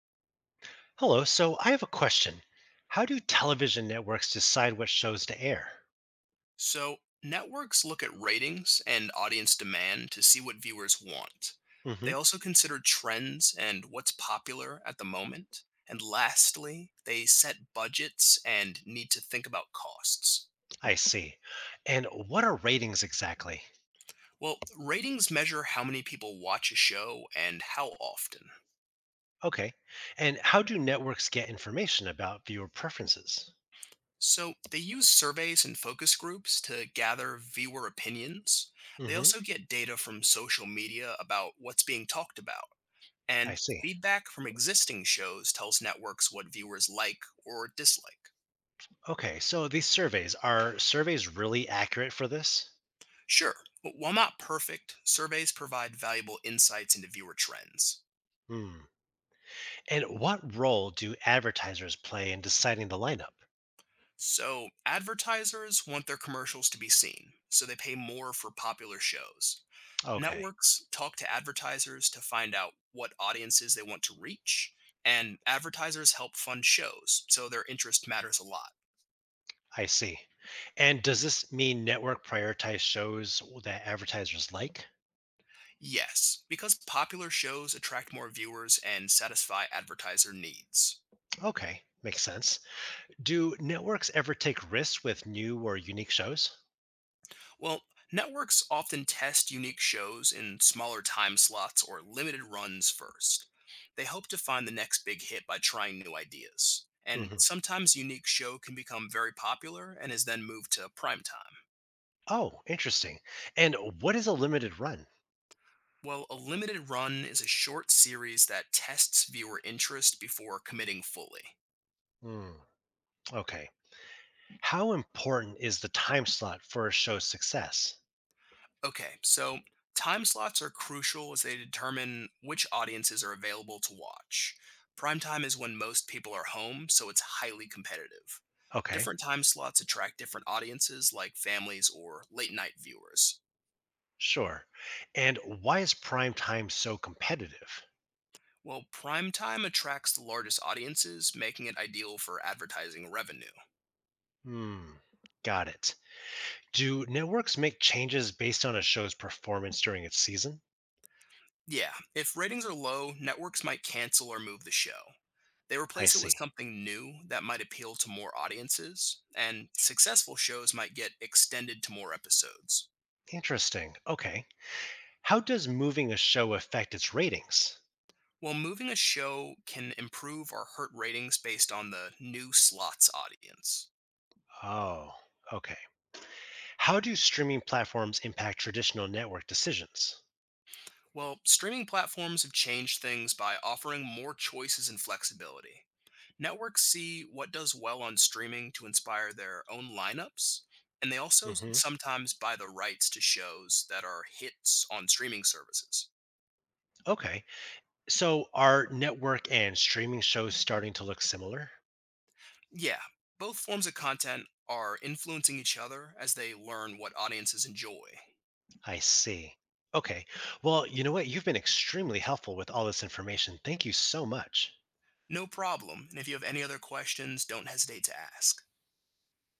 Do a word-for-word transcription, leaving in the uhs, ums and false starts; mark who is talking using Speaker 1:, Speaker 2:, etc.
Speaker 1: Hello. So I have a question. How do television networks decide what shows to air?
Speaker 2: So, networks look at ratings and audience demand to see what viewers want. They
Speaker 1: Hmm.
Speaker 2: also consider trends and what's popular at the moment. And lastly, they set budgets and need to think about costs.
Speaker 1: I see. And what are ratings exactly?
Speaker 2: Well, ratings measure how many people watch a show and how often.
Speaker 1: Okay. And how do networks get information about viewer preferences?
Speaker 2: So, they use surveys and focus groups to gather viewer opinions. They
Speaker 1: Hmm.
Speaker 2: also get data from social media about what's being talked about.
Speaker 1: I
Speaker 2: And
Speaker 1: see.
Speaker 2: feedback from existing shows tells networks what viewers like or dislike.
Speaker 1: Okay. So these surveys, are surveys really accurate for this?
Speaker 2: Sure, but while not perfect, surveys provide valuable insights into viewer trends.
Speaker 1: Hmm. And what role do advertisers play in deciding the lineup?
Speaker 2: So, advertisers want their commercials to be seen, so they pay more for popular shows.
Speaker 1: Okay.
Speaker 2: Networks talk to advertisers to find out what audiences they want to reach, and advertisers help fund shows, so their interest matters a lot.
Speaker 1: I see. And does this mean network prioritize shows that advertisers like?
Speaker 2: Yes, because popular shows attract more viewers and satisfy advertiser needs.
Speaker 1: Okay, makes sense. Do networks ever take risks with new or unique shows?
Speaker 2: Well, networks often test unique shows in smaller time slots or limited runs first. They hope to find the next big hit by trying new ideas. And
Speaker 1: Hmm.
Speaker 2: sometimes a unique show can become very popular and is then moved to prime time.
Speaker 1: Oh, interesting. And what is a limited run?
Speaker 2: Well, a limited run is a short series that tests viewer interest before committing fully.
Speaker 1: Mm, okay. How important is the time slot for a show's success?
Speaker 2: Okay, so time slots are crucial as they determine which audiences are available to watch. Prime time is when most people are home, so it's highly competitive.
Speaker 1: Okay,
Speaker 2: Different time slots attract different audiences, like families or late night viewers.
Speaker 1: sure. And why is prime time so competitive?
Speaker 2: Well, prime time attracts the largest audiences, making it ideal for advertising revenue.
Speaker 1: Hmm, got it. Do networks make changes based on a show's performance during its season?
Speaker 2: Yeah, if ratings are low, networks might cancel or move the show. They
Speaker 1: I
Speaker 2: replace it with
Speaker 1: see.
Speaker 2: something new that might appeal to more audiences, and successful shows might get extended to more episodes.
Speaker 1: Interesting. Okay. How does moving a show affect its ratings?
Speaker 2: While moving a show can improve or hurt ratings based on the new slot's audience.
Speaker 1: Oh, okay. How do streaming platforms impact traditional network decisions?
Speaker 2: Well, streaming platforms have changed things by offering more choices and flexibility. Networks see what does well on streaming to inspire their own lineups, and they also s-
Speaker 1: Hmm.
Speaker 2: sometimes buy the rights to shows that are hits on streaming services.
Speaker 1: Okay. So are network and streaming shows starting to look similar?
Speaker 2: Yeah, both forms of content are influencing each other as they learn what audiences enjoy.
Speaker 1: I see. Okay. Well, you know what? You've been extremely helpful with all this information. Thank you so much.
Speaker 2: No problem, and if you have any other questions, don't hesitate to ask.